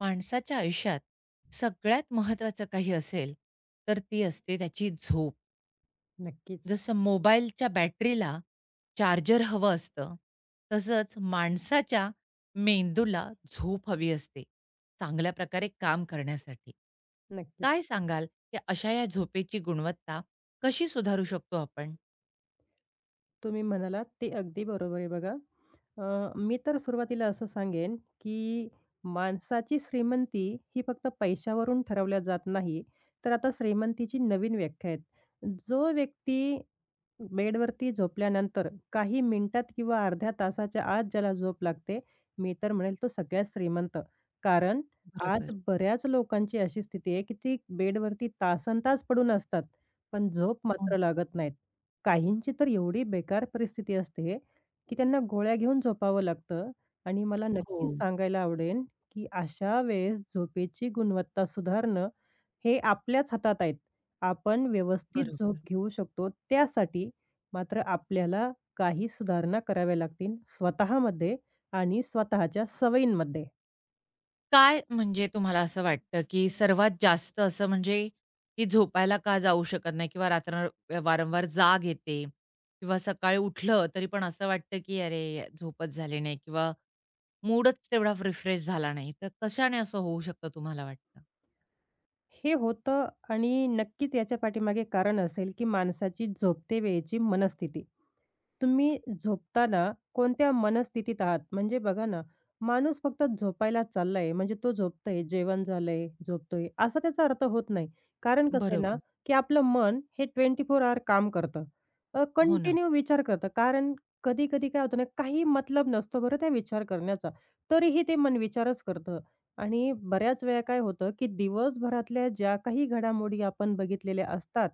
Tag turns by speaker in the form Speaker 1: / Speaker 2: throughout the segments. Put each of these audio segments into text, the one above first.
Speaker 1: माणसाच्या आयुष्यात सगळ्यात महत्त्वाचं काही असेल, तर ती असते त्याची झोप.
Speaker 2: नक्कीच,
Speaker 1: जसं मोबाईलच्या बॅटरीला चार्जर हवं असतं, तसंच माणसाच्या मेंदूला झोप हवी असते, चांगल्या प्रकारे काम करण्यासाठी.
Speaker 2: नक्कीच.
Speaker 1: काय सांगाल की अशा या झोपेची गुणवत्ता कशी सुधारू शकतो आपण?
Speaker 2: तुम्ही म्हणालात ते अगदी बरोबर आहे बघा. मी तर सुरुवातीला असं सांगेन, की माणसाची श्रीमंती ही फक्त पैशावरून ठरवल्या जात नाही. तर आता श्रीमंतीची नवीन व्याख्या आहे. जो व्यक्ती बेडवरती झोपल्यानंतर काही मिनिटात किंवा अर्ध्या तासाच्या आत ज्याला झोप लागते, मी तर म्हणेल तो सगळ्यात श्रीमंत. कारण आज
Speaker 1: बरोबर.
Speaker 2: बऱ्याच लोकांची अशी स्थिती आहे, की ती बेडवरती तासनतास पडून असतात, पण झोप
Speaker 1: हो, ना.
Speaker 2: मात्र लागत नाहीत. काहींची तर एवढी बेकार परिस्थिती असते, की त्यांना गोळ्या घेऊन झोपावं लागतं आणि मला
Speaker 1: हो,
Speaker 2: नक्कीच सांगायला आवडेल, की अशा वेळेस झोपेची गुणवत्ता सुधारणं हे आपल्याच हातात आहेत. आपण व्यवस्थित झोप
Speaker 1: बरोबर.
Speaker 2: घेऊ शकतो त्यासाठी मात्र आपल्याला काही सुधारणा कराव्या लागतील स्वतःमध्ये आणि स्वतःच्या सवयींमध्ये.
Speaker 1: काय म्हणजे तुम्हाला असं वाटतं, की सर्वात जास्त असं म्हणजे की झोपायला का जाऊ शकत नाही किंवा रात्र वारंवार जाग येते किंवा सकाळी उठलं तरी पण असं वाटतं, की "अरे, झोपच झाली नाही" किंवा मूडच तेवढा रिफ्रेश झाला नाही. तर कशाने असं होऊ शकतं तुम्हाला वाटतं?
Speaker 2: हे होतं आणि नक्कीच याच्या पाठीमागे कारण असेल, की माणसाची झोपते वेळेची मनस्थिती. तुम्ही झोपताना कोणत्या मनस्थितीत आहात? म्हणजे बघा ना, माणूस फक्त झोपायला चाललाय, म्हणजे तो झोपतोय, जेवण झालंय, झोपतोय, असा त्याचा अर्थ होत नाही. कारण कसं आहे ना,
Speaker 1: बरोबर.
Speaker 2: की आपलं मन हे 24 अवर काम करतं.
Speaker 1: हो ना.
Speaker 2: कंटिन्यू विचार करतं. कारण कधी-कधी काय होतं ना, काही मतलब नसतो बरं त्या विचार करण्याचा. तरीही ते मन विचारच करतं आणि बऱ्याच वेळा काय होतं, की दिवसभरातल्या ज्या काही घडामोडी आपण बघितलेल्या असतात,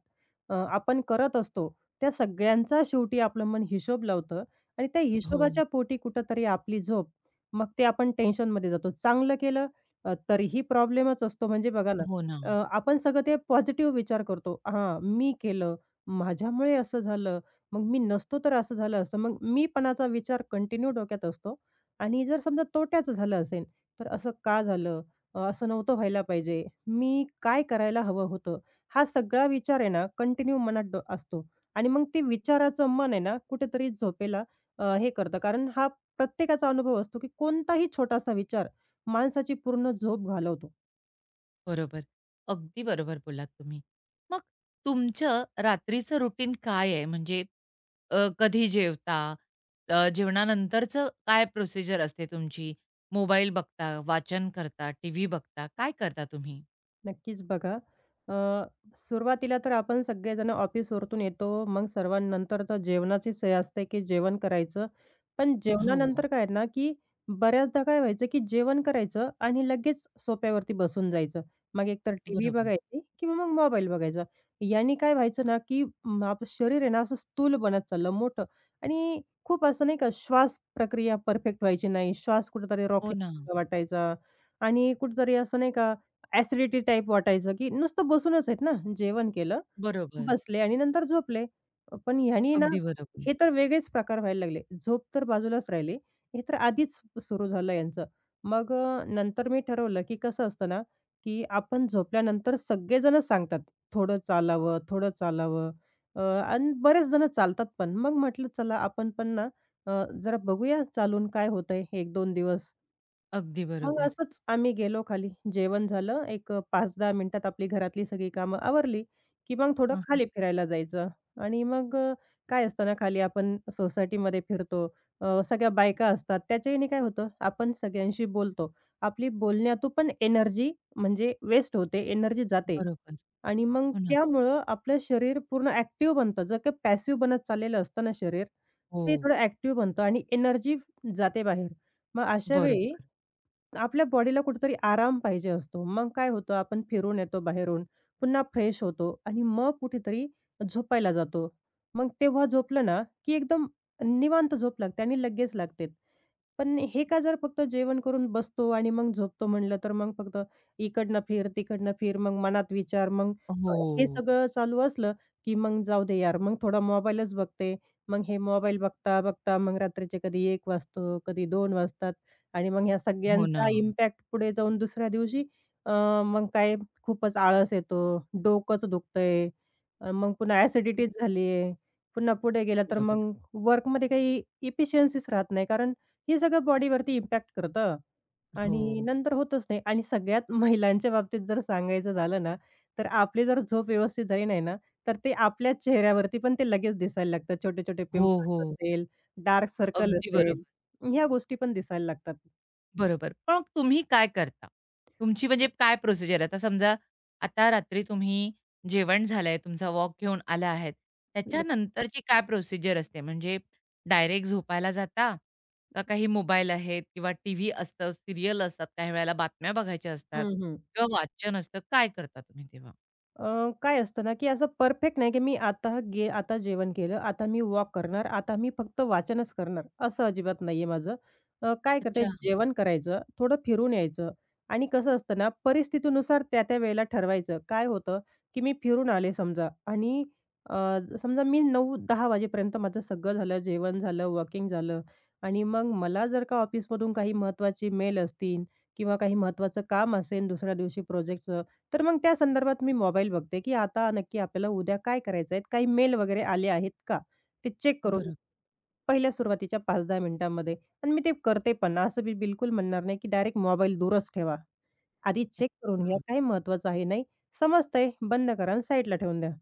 Speaker 2: आपण करत असतो, त्या सगळ्यांचा शेवटी आपलं मन हिशोब लावतं आणि त्या
Speaker 1: हो.
Speaker 2: हिशोबाच्या पोटी कुठेतरी आपली झोप. मग ते आपण टेन्शनमध्ये जातो. चांगलं केलं तरीही प्रॉब्लेमच असतो. म्हणजे बघा ना,
Speaker 1: हो ना.
Speaker 2: अ, आपण सगळं ते पॉझिटिव्ह विचार करतो. हां, मी केलं, माझ्यामुळे असं झालं, मग मी नसतो तर असं झालं असतं. मग मीपणाचा विचार कंटिन्यू डोक्यात असतो आणि जर समजा तोट्याचं झालं असेल, तर असं का झालं? असं नव्हतं व्हायला पाहिजे. मी काय करायला हवं होतं? हा सगळा विचार आहे ना, कंटिन्यू मनात ड असतो. आणि मग ते विचाराचं मन आहे ना, कुठेतरी झोपेला हे करतं. कारण हा प्रत्येकाचा अनुभव असतो, की कोणताही छोटासा विचार माणसाची पूर्ण झोप घालवतो.
Speaker 1: बरोबर. अगदी बरोबर बोललात तुम्ही. मग तुमचं रात्रीचं रुटीन काय आहे? म्हणजे कधी जेवता? जेवणानंतरचं काय प्रोसिजर असते तुमची? मोबाईल बघता, वाचन करता, टीव्ही बघता, काय करता तुम्ही?
Speaker 2: नक्कीच बघा. अ, सुरुवातीला तर आपण सगळेजण ऑफिसवरतून येतो. मग सर्वांनंतर तर जेवणाची सोय असते, की जेवण करायचं. पण
Speaker 1: हो,
Speaker 2: जेवणानंतर काय आहे ना, की बऱ्याचदा काय व्हायचं, की जेवण करायचं आणि लगेच सोफ्यावरती बसून जायचं. मग एकतर टीव्ही
Speaker 1: बरोबर.
Speaker 2: बघायची किंवा मग मोबाईल बघायचा. याने काय व्हायचं ना, की आपलं शरीर आहे ना, असं स्थूल बनत चाललं मोठं आणि खूप असं नाही का श्वास प्रक्रिया परफेक्ट व्हायची नाही. श्वास कुठेतरी
Speaker 1: हो ना.
Speaker 2: रोखल्यासारखा वाटायचा आणि कुठेतरी असं नाही का ॲसिडिटी टाइप वाटायचं, की नुसतं बसूनच आहेत ना, जेवण केलं,
Speaker 1: बरोबर.
Speaker 2: बसले आणि नंतर झोपले. पण ह्यानी ना,
Speaker 1: अगदी बरोबर.
Speaker 2: हे तर वेगळेच प्रकार व्हायला लागले. झोप तर बाजूलाच राहिली. हे तर आधीच सुरू झालं यांचं. मग नंतर मी ठरवलं, की कसं असतं ना, की आपण झोपल्यानंतर सगळेजणच सांगतात, थोडं चालावं, आणि बरेच जण चालतात पण. मग म्हटलं चला आपण पण ना, जरा बघूया चालून काय होतंय 1-2 दिवस.
Speaker 1: अगदी
Speaker 2: मग
Speaker 1: बरोबर.
Speaker 2: असंच आम्ही गेलो खाली. जेवण झालं. एक 5-10 मिनिटात आपली घरातली सगळी कामं आवरली, की मग थोडं
Speaker 1: हां,
Speaker 2: खाली फिरायला जायचं आणि मग काय असतं ना, खाली आपण सोसायटीमध्ये फिरतो. सगळ्या बायका असतात. त्याच्याने काय होतं, आपण सगळ्यांशी बोलतो. आपली बोलण्यातून पण एनर्जी म्हणजे वेस्ट होते, एनर्जी जाते
Speaker 1: बरोबर.
Speaker 2: आणि मग
Speaker 1: हो ना.
Speaker 2: त्यामुळं आपलं शरीर पूर्ण ॲक्टिव्ह बनतं. जर का पॅसिव्ह बनत चाललेलं असतं ना शरीर,
Speaker 1: हो.
Speaker 2: ते थोडं ॲक्टिव्ह बनतं आणि एनर्जी जाते बाहेर. मग अशा वेळी
Speaker 1: बरोबर.
Speaker 2: आपल्या बॉडीला कुठेतरी आराम पाहिजे असतो. मग काय होतं आपण फिरून येतो बाहेरून, पुन्हा फ्रेश होतो आणि मग कुठेतरी झोपायला जातो. मग तेव्हा झोपलं ना, की एकदम निवांत झोप लागते आणि लगेच लागते. पण हे का जर फक्त जेवण करून बसतो आणि मग झोपतो म्हणलं, तर मग फक्त इकडनं फिर, तिकडनं फिर, मग मनात विचार, मग अ, हे
Speaker 1: हो.
Speaker 2: सगळं चालू असलं, की मग जाऊ दे यार, मग थोडा मोबाईलच बघते. मग हे मोबाईल बघता, बघता मग रात्रीचे कधी 1 वाजतो, कधी 2 वाजतात. आणि मग ह्या
Speaker 1: हो ना.
Speaker 2: सगळ्यांचा इम्पॅक्ट पुढे जाऊन दुसऱ्या दिवशी अ, मग काय खूपच आळस येतो, डोकंच दुखतंय, मग पुन्हा ॲसिडिटीच झालीये. पुन्हा पुढे गेलं तर
Speaker 1: बरोबर.
Speaker 2: मग वर्कमध्ये काही इफिशियन्सीच राहत नाही, कारण हे सगळं बॉडीवरती इम्पॅक्ट करतं
Speaker 1: हो.
Speaker 2: आणि नंतर होतच नाही. आणि सगळ्यात महिलांच्या बाबतीत जर सांगायचं झालं ना, तर आपली जर झोप व्यवस्थित झाली नाही ना, तर ते आपल्या चेहऱ्यावरती पण ते लगेच दिसायला लागतात. छोटे-छोटे
Speaker 1: हो, हो.
Speaker 2: पिंपल्स असेल, डार्क सर्कल
Speaker 1: अगदी
Speaker 2: असेल,
Speaker 1: बरोबर.
Speaker 2: ह्या गोष्टी पण दिसायला लागतात.
Speaker 1: बरोबर. पण मग तुम्ही काय करता? तुमची म्हणजे काय प्रोसिजर आहे? आता समजा आता रात्री तुम्ही जेवण झालंय, तुमचा वॉक घेऊन आला आहेत,
Speaker 2: नक्की.
Speaker 1: त्याच्यानंतरची काय प्रोसिजर असते? म्हणजे डायरेक्ट झोपायला जाता? का काही मोबाईल आहेत किंवा टीव्ही असतं, सीरियल असतात, काही वेळेला बातम्या बघायच्या असतात
Speaker 2: हं, हं.
Speaker 1: किंवा वाचन असतं. काय करता तुम्ही तेव्हा?
Speaker 2: काय असतं ना, की असं परफेक्ट नाही, की मी आता जेवण केलं, आता मी वॉक करणार, आता मी फक्त वाचनच करणार, असं अजिबात नाहीये माझं. काय करते
Speaker 1: अच्छा.
Speaker 2: जेवण करायचं, थोडं फिरून यायचं आणि कसं असतं ना, परिस्थितीनुसार त्या त्या वेळेला ठरवायचं. काय होतं, की मी फिरून आले समजा आणि अ, समजा मी 9-10 वाजेपर्यंत माझं सगळं झालं, जेवण झालं, वॉकिंग झालं आणि मग मला जर का ऑफिसमधून काही महत्त्वाची मेल असतील किंवा काही महत्त्वाचं काम असेल दुसऱ्या दिवशी प्रोजेक्टचं तर मग त्या संदर्भात मी मोबाईल बघते, की आता नक्की आपल्याला उद्या काय करायचं आहे? काही मेल वगैरे आले आहेत का? ते चेक करून
Speaker 1: बरं.
Speaker 2: पहिल्या सुरुवातीच्या 5-10 मिनिटांमध्ये आणि मी ते करते पण. असं मी बिलकुल म्हणणार नाही, की डायरेक्ट मोबाईल दूरच ठेवा. आधी चेक करून
Speaker 1: अच्छा.
Speaker 2: घ्या. काय महत्त्वाचं आहे? नाही समजतंय, बंद करा आणि साईडला ठेवून द्या.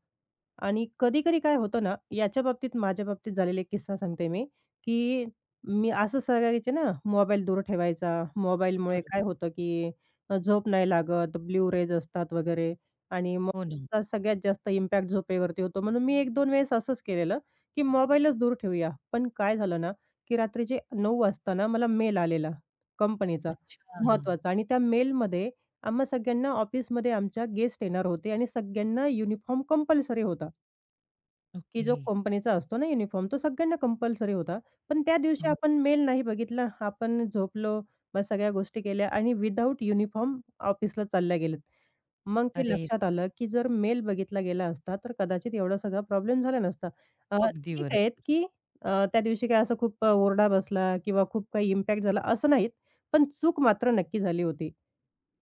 Speaker 2: आणि कधी-कधी काय होतं ना, याच्या बाबतीत माझ्या बाबतीत झालेला एक किस्सा सांगते मी, की मी असं सांगायचे ना, मोबाईल दूर ठेवायचा. मोबाईलमुळे
Speaker 1: बरं.
Speaker 2: काय होतं, की झोप नाही लागत, ब्लू रेज असतात वगैरे आणि मग
Speaker 1: हो ना.
Speaker 2: त्याचा सगळ्यात जास्त इम्पॅक्ट झोपेवरती होतो. म्हणून मी 1-2 वेळेस असंच केलेलं, की मोबाईलच दूर ठेवूया. पण काय झालं ना, की रात्रीचे 9 वाजता ना मला मेल आलेला कंपनीचा,
Speaker 1: अच्छा.
Speaker 2: महत्त्वाचा आणि त्या मेलमध्ये आम्हा सगळ्यांना ऑफिसमध्ये आमच्या गेस्ट येणार होते आणि सगळ्यांना युनिफॉर्म कंपल्सरी होता. की जो
Speaker 1: ओके.
Speaker 2: कंपनीचा असतो ना युनिफॉर्म, तो सगळ्यांना कंपल्सरी होता. पण त्या दिवशी
Speaker 1: हो.
Speaker 2: आपण मेल नाही बघितला. आपण झोपलो, मग सगळ्या गोष्टी केल्या आणि विदाऊट युनिफॉर्म ऑफिसला चालल्या गेलेत. मग ते
Speaker 1: अरे!
Speaker 2: लक्षात आलं, की जर मेल बघितला गेला असता, तर कदाचित एवढा सगळा प्रॉब्लेम झाला नसता.
Speaker 1: अगदी
Speaker 2: ठीक आहे,
Speaker 1: बरोबर.
Speaker 2: की त्या दिवशी काय असा खूप ओरडा बसला किंवा खूप काही इम्पॅक्ट झाला असं नाहीत. पण चूक मात्र नक्की झाली होती.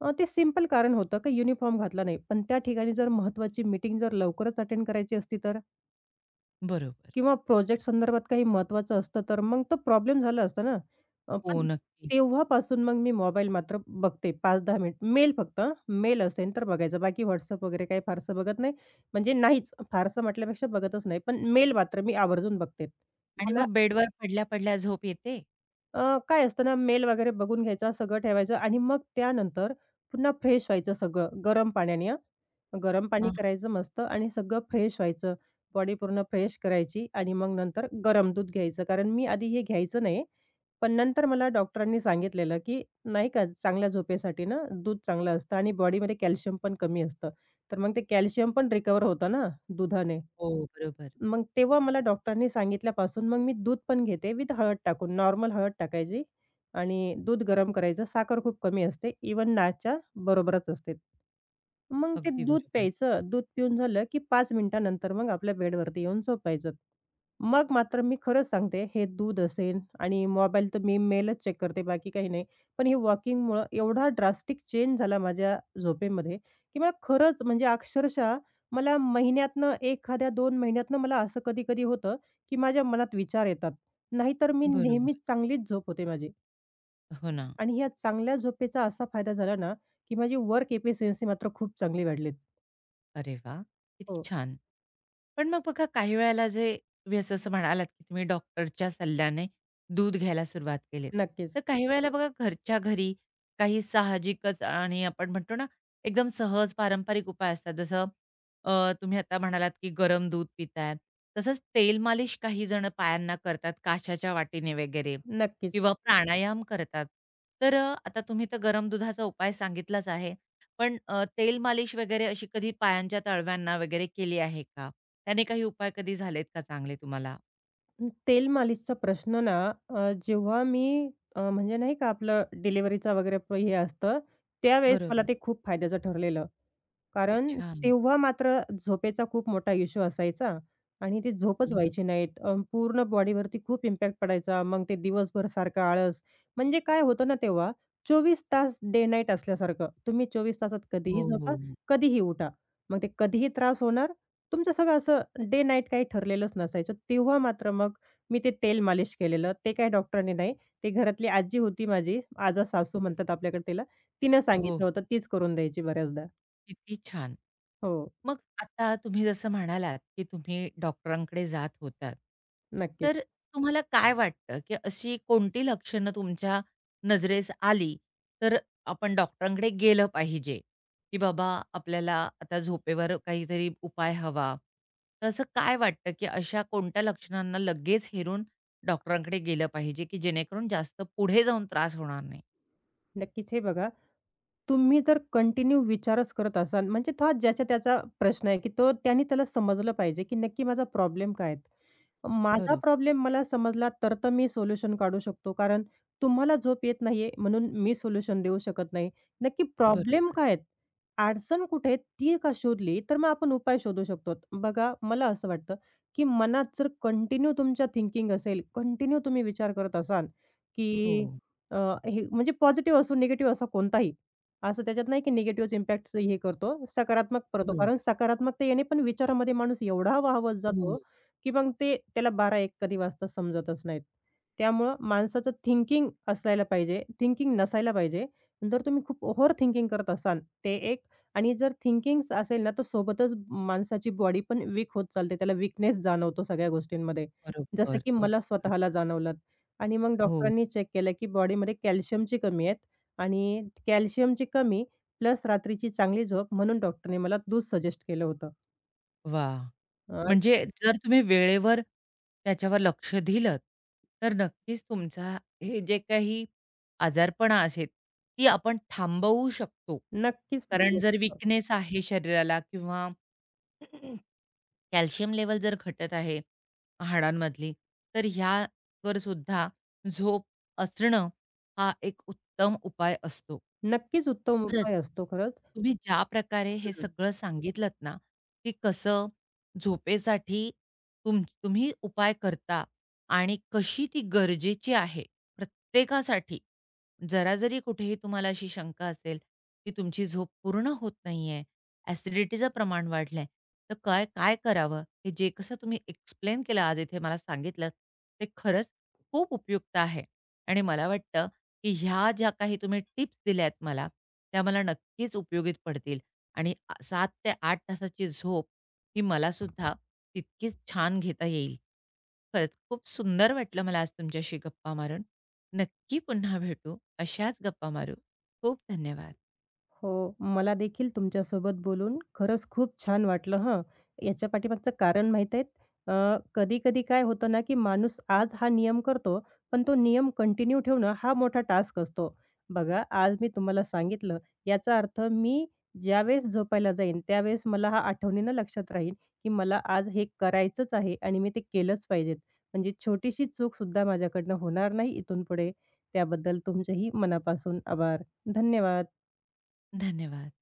Speaker 2: ते सिंपल कारण होतं, की युनिफॉर्म घातला नाही. पण त्या ठिकाणी जर महत्त्वाची मीटिंग जर लवकरच अटेंड करायची असती तर?
Speaker 1: बरोबर.
Speaker 2: किंवा प्रोजेक्ट संदर्भात काही महत्त्वाचं असतं, तर मग तो प्रॉब्लेम झाला असता ना. अ,
Speaker 1: हो,
Speaker 2: पण
Speaker 1: नक्कीच.
Speaker 2: तेव्हापासून मग मी मोबाईल मात्र बघते 5-10 मिनिट. मेल फक्त हां, मेल असेल तर बघायचं. बाकी WhatsApp वगैरे काही फारसं बघत नाही. म्हणजे नाहीच, फारसं म्हटल्यापेक्षा बघतच नाही. पण मेल मात्र मी आवर्जून बघते.
Speaker 1: आणि
Speaker 2: मला
Speaker 1: मग बेडवर पडल्या-पडल्या झोप येते?
Speaker 2: काय असतं ना, मेल वगैरे बघून घ्यायचा, सगळं ठेवायचं आणि मग त्यानंतर पुन्हा फ्रेश व्हायचं सगळं गरम पाण्याने गरम
Speaker 1: अ,
Speaker 2: पाणी करायचं मस्त आणि सगळं फ्रेश व्हायचं. बॉडी पूर्ण फ्रेश करायची आणि मग नंतर गरम दूध घ्यायचं. कारण मी आधी हे घ्यायचं नाही. पण नंतर मला डॉक्टरांनी सांगितलेलं, की नाही का चांगल्या झोपेसाठी ना दूध चांगलं असतं आणि बॉडीमध्ये कॅल्शियम पण कमी असतं. तर मग ते कॅल्शियम पण रिकव्हर होतं ना दुधाने.
Speaker 1: हो, बरोबर.
Speaker 2: मग तेव्हा मला डॉक्टरांनी सांगितल्यापासून मग मी दूध पण घेते विथ हळद टाकून. नॉर्मल हळद टाकायची आणि दूध गरम करायचं. साखर खूप कमी असते. इव्हन नाच्या बरोबरच असते. मग ते
Speaker 1: अगदी
Speaker 2: दूध
Speaker 1: बरोबर.
Speaker 2: प्यायचं. दूध पिऊन झालं, की 5 मिनिटानंतर मग आपल्या बेडवरती येऊन झोपायचं. मग मात्र मी खरंच सांगते, हे दूध असेल आणि मोबाईल तर मी मेलच चेक करते, बाकी काही नाही. पण हे वॉकिंगमुळं एवढा ड्रास्टिक चेंज झाला माझ्या झोपेमध्ये, की मला खरंच म्हणजे अक्षरशः मला महिन्यातनं एखाद्या 2 महिन्यातनं मला असं कधी-कधी होतं, की माझ्या मनात विचार येतात. नाहीतर मी नेहमीच
Speaker 1: बरोबर.
Speaker 2: चांगलीच झोप होते माझी
Speaker 1: हो ना.
Speaker 2: आणि ह्या चांगल्या झोपेचा असा फायदा झाला ना, की माझी वर्क एफिशियन्सी मात्र खूप चांगली वाढली.
Speaker 1: अरे वाह! किती
Speaker 2: हो.
Speaker 1: छान. पण मग बघा काही वेळेला जे तुम्ही असं असं म्हणालात, की तुम्ही डॉक्टरच्या सल्ल्याने दूध घ्यायला सुरुवात केलीत.
Speaker 2: नक्कीच,
Speaker 1: तर काही वेळेला बघा घरच्या घरी काही साहजिकच आणि आपण म्हणतो ना, एकदम सहज पारंपरिक उपाय असतात. जसं अ, तुम्ही आता म्हणालात, की गरम दूध पिताय. तसंच तेल मालिश काही जण पायांना करतात काशाच्या वाटीने वगैरे
Speaker 2: नक्कीच.
Speaker 1: किंवा प्राणायाम करतात. तर आता तुम्ही तर गरम दुधाचा उपाय सांगितलाच आहे. पण तेल मालिश वगैरे अशी कधी पायांच्या तळव्यांना वगैरे केली आहे का? त्याने काही उपाय कधी झालेत का चांगले तुम्हाला?
Speaker 2: तेल मालिशचा प्रश्न ना अ, जेव्हा मी अ, म्हणजे नाही का आपलं डिलिव्हरीचा वगैरे हे असतं, त्यावेळेस मला
Speaker 1: बरोबर.
Speaker 2: ते खूप फायद्याचं ठरलेलं. कारण
Speaker 1: अच्छा.
Speaker 2: तेव्हा मात्र झोपेचा खूप मोठा इश्यू असायचा आणि ती झोपच
Speaker 1: बरोबर.
Speaker 2: व्हायची नाहीत. पूर्ण बॉडीवरती खूप इम्पॅक्ट पडायचा. मग ते दिवसभर सारखं आळस. म्हणजे काय होतं ना तेव्हा 24 तास डे नाईट असल्यासारखं. तुम्ही 24 तासात कधीही
Speaker 1: हो,
Speaker 2: झोपा,
Speaker 1: हो, हो.
Speaker 2: कधीही उठा. मग ते कधीही त्रास होणार. तुमचं सगळं असं डे नाईट काही ठरलेलंच नसायचं. तेव्हा मात्र मग मी ते तेल मालिश केलेलं, ते काही डॉक्टरांनी नाही. ते घरातली आजी होती माझी, आजा सासू
Speaker 1: बरं.
Speaker 2: म्हणतात आपल्याकडे तिला. तिनं
Speaker 1: हो,
Speaker 2: सांगितलं होतं, तीच करून द्यायची बऱ्याचदा.
Speaker 1: किती छान!
Speaker 2: हो,
Speaker 1: मग आता तुम्ही जसं म्हणालात, की तुम्ही डॉक्टरांकडे जात होतात.
Speaker 2: नक्कीच.
Speaker 1: तर तुम्हाला काय वाटतं, की अशी कोणती लक्षणं तुमच्या नजरेस आली, तर आपण डॉक्टरांकडे गेलं पाहिजे, की बाबा आपल्याला आता झोपेवर काहीतरी उपाय हवा. तर असं काय वाटतं, की अशा कोणत्या लक्षणांना लगेच हेरून डॉक्टरांकडे गेलं पाहिजे, की जेणेकरून जास्त पुढे जाऊन त्रास होणार नाही?
Speaker 2: नक्कीच. हे बघा, तुम्ही जर कंटिन्यू विचारच करत असाल, म्हणजे तो ज्याचा त्याचा प्रश्न आहे, की तो त्याने त्याला समजलं पाहिजे, की नक्की माझा प्रॉब्लेम काय आहे? माझा
Speaker 1: बरोबर,
Speaker 2: प्रॉब्लेम मला समजला तर तर मी सोल्युशन काढू शकतो. कारण तुम्हाला झोप येत नाहीये म्हणून मी सोल्युशन देऊ शकत नाही. नक्की प्रॉब्लेम
Speaker 1: बरोबर.
Speaker 2: काय आहे? अडचण कुठे आहे? ती का शोधली तर मग आपण उपाय शोधू शकतो. बघा मला असं वाटतं, की मनात जर कंटिन्यू तुमच्या थिंकिंग असेल, कंटिन्यू तुम्ही विचार करत असाल, की
Speaker 1: हो,
Speaker 2: अ, हे म्हणजे पॉझिटिव्ह असो, निगेटिव्ह असो कोणताही. असं त्याच्यात नाही की निगेटिव्हच इम्पॅक्ट हे करतो, सकारात्मक करतो.
Speaker 1: बरोबर.
Speaker 2: कारण सकारात्मकता येणे पण विचारामध्ये माणूस एवढा वाहावत जातो,
Speaker 1: हो.
Speaker 2: की मग ते त्याला 12-1 कधी वाजता समजतच नाहीत. त्यामुळं माणसाचं थिंकिंग असायला पाहिजे, थिंकिंग नसायला पाहिजे. जर तुम्ही खूप ओव्हर थिंकिंग करत असाल ते एक आणि जर थिंकिंग्स असेल ना, तर सोबतच माणसाची बॉडी पण वीक होत चालते. त्याला वीकनेस जाणवतो सगळ्या गोष्टींमध्ये. जसं
Speaker 1: बरोबर.
Speaker 2: की
Speaker 1: अगदी
Speaker 2: मला
Speaker 1: बरोबर.
Speaker 2: स्वतःला जाणवलं. आणि मग
Speaker 1: हो.
Speaker 2: डॉक्टरांनी चेक केलं, की बॉडीमध्ये कॅल्शियमची कमी आहेत आणि कॅल्शियमची कमी प्लस रात्रीची चांगली झोप म्हणून डॉक्टरने मला दूध सजेस्ट केलं होतं.
Speaker 1: वाह!
Speaker 2: अ,
Speaker 1: म्हणजे जर तुम्ही वेळेवर त्याच्यावर लक्ष दिलंत, तर नक्कीच तुमचा हे जे काही आजारपणा असेल, ती आपण थांबवू शकतो.
Speaker 2: नक्कीच
Speaker 1: कारण
Speaker 2: थांबवू
Speaker 1: जर
Speaker 2: शकतो.
Speaker 1: वीकनेस आहे शरीराला किंवा कॅल्शियम लेव्हल जर घटत आहे हाडांमधली, तर ह्यावर सुद्धा झोप असणं हा एक उत्तम उपाय असतो.
Speaker 2: नक्कीच उत्तम
Speaker 1: खरंच.
Speaker 2: उपाय असतो खरंच.
Speaker 1: तुम्ही ज्या प्रकारे हे सगळं सांगितलत ना, की कसं झोपेसाठी तुम्ही उपाय करता आणि कशी ती गरजेची आहे प्रत्येकासाठी, जरा जरी कुठेही तुम्हाला अशी शंका असेल, की तुमची झोप पूर्ण होत नाहीये, ॲसिडिटीचं प्रमाण वाढलंय, तर काय काय करावं? हे जे कसं तुम्ही एक्सप्लेन केलं आज इथे मला सांगितलत, ते खरंच खूप उपयुक्त आहे. आणि मला वाटतं, की ह्या ज्या काही तुम्ही टिप्स दिल्यात मला, त्या मला नक्कीच उपयोगी पडतील. आणि 7 ते 8 तासाची झोप ही मलासुद्धा तितकीच छान घेता येईल. खरंच खूप सुंदर वाटलं मला आज तुमच्याशी गप्पा मारून. नक्की पुन्हा भेटू. अशाच गप्पा मारू. खूप धन्यवाद.
Speaker 2: हो, मला देखील तुमच्यासोबत बोलून खरंच खूप छान वाटलं हं. याच्या पाठीमागचं कारण माहीत आहे? कधी-कधी काय होतं ना, की माणूस आज हा नियम करतो, पण तो नियम कंटिन्यू ठेवणं हा मोठा टास्क असतो. बघा, आज मी तुम्हाला सांगितलं, याचा अर्थ मी ज्यावेळेस झोपायला जाईन, त्यावेळेस मला हा आठवणीनं लक्षात राहील, की मला आज हे करायचंच आहे आणि मी ते केलंच पाहिजे. म्हणजे छोटीशी चूकसुद्धा माझ्याकडनं होणार नाही इथून पुढे. त्याबद्दल तुमचेही मनापासून आभार. धन्यवाद.
Speaker 1: धन्यवाद.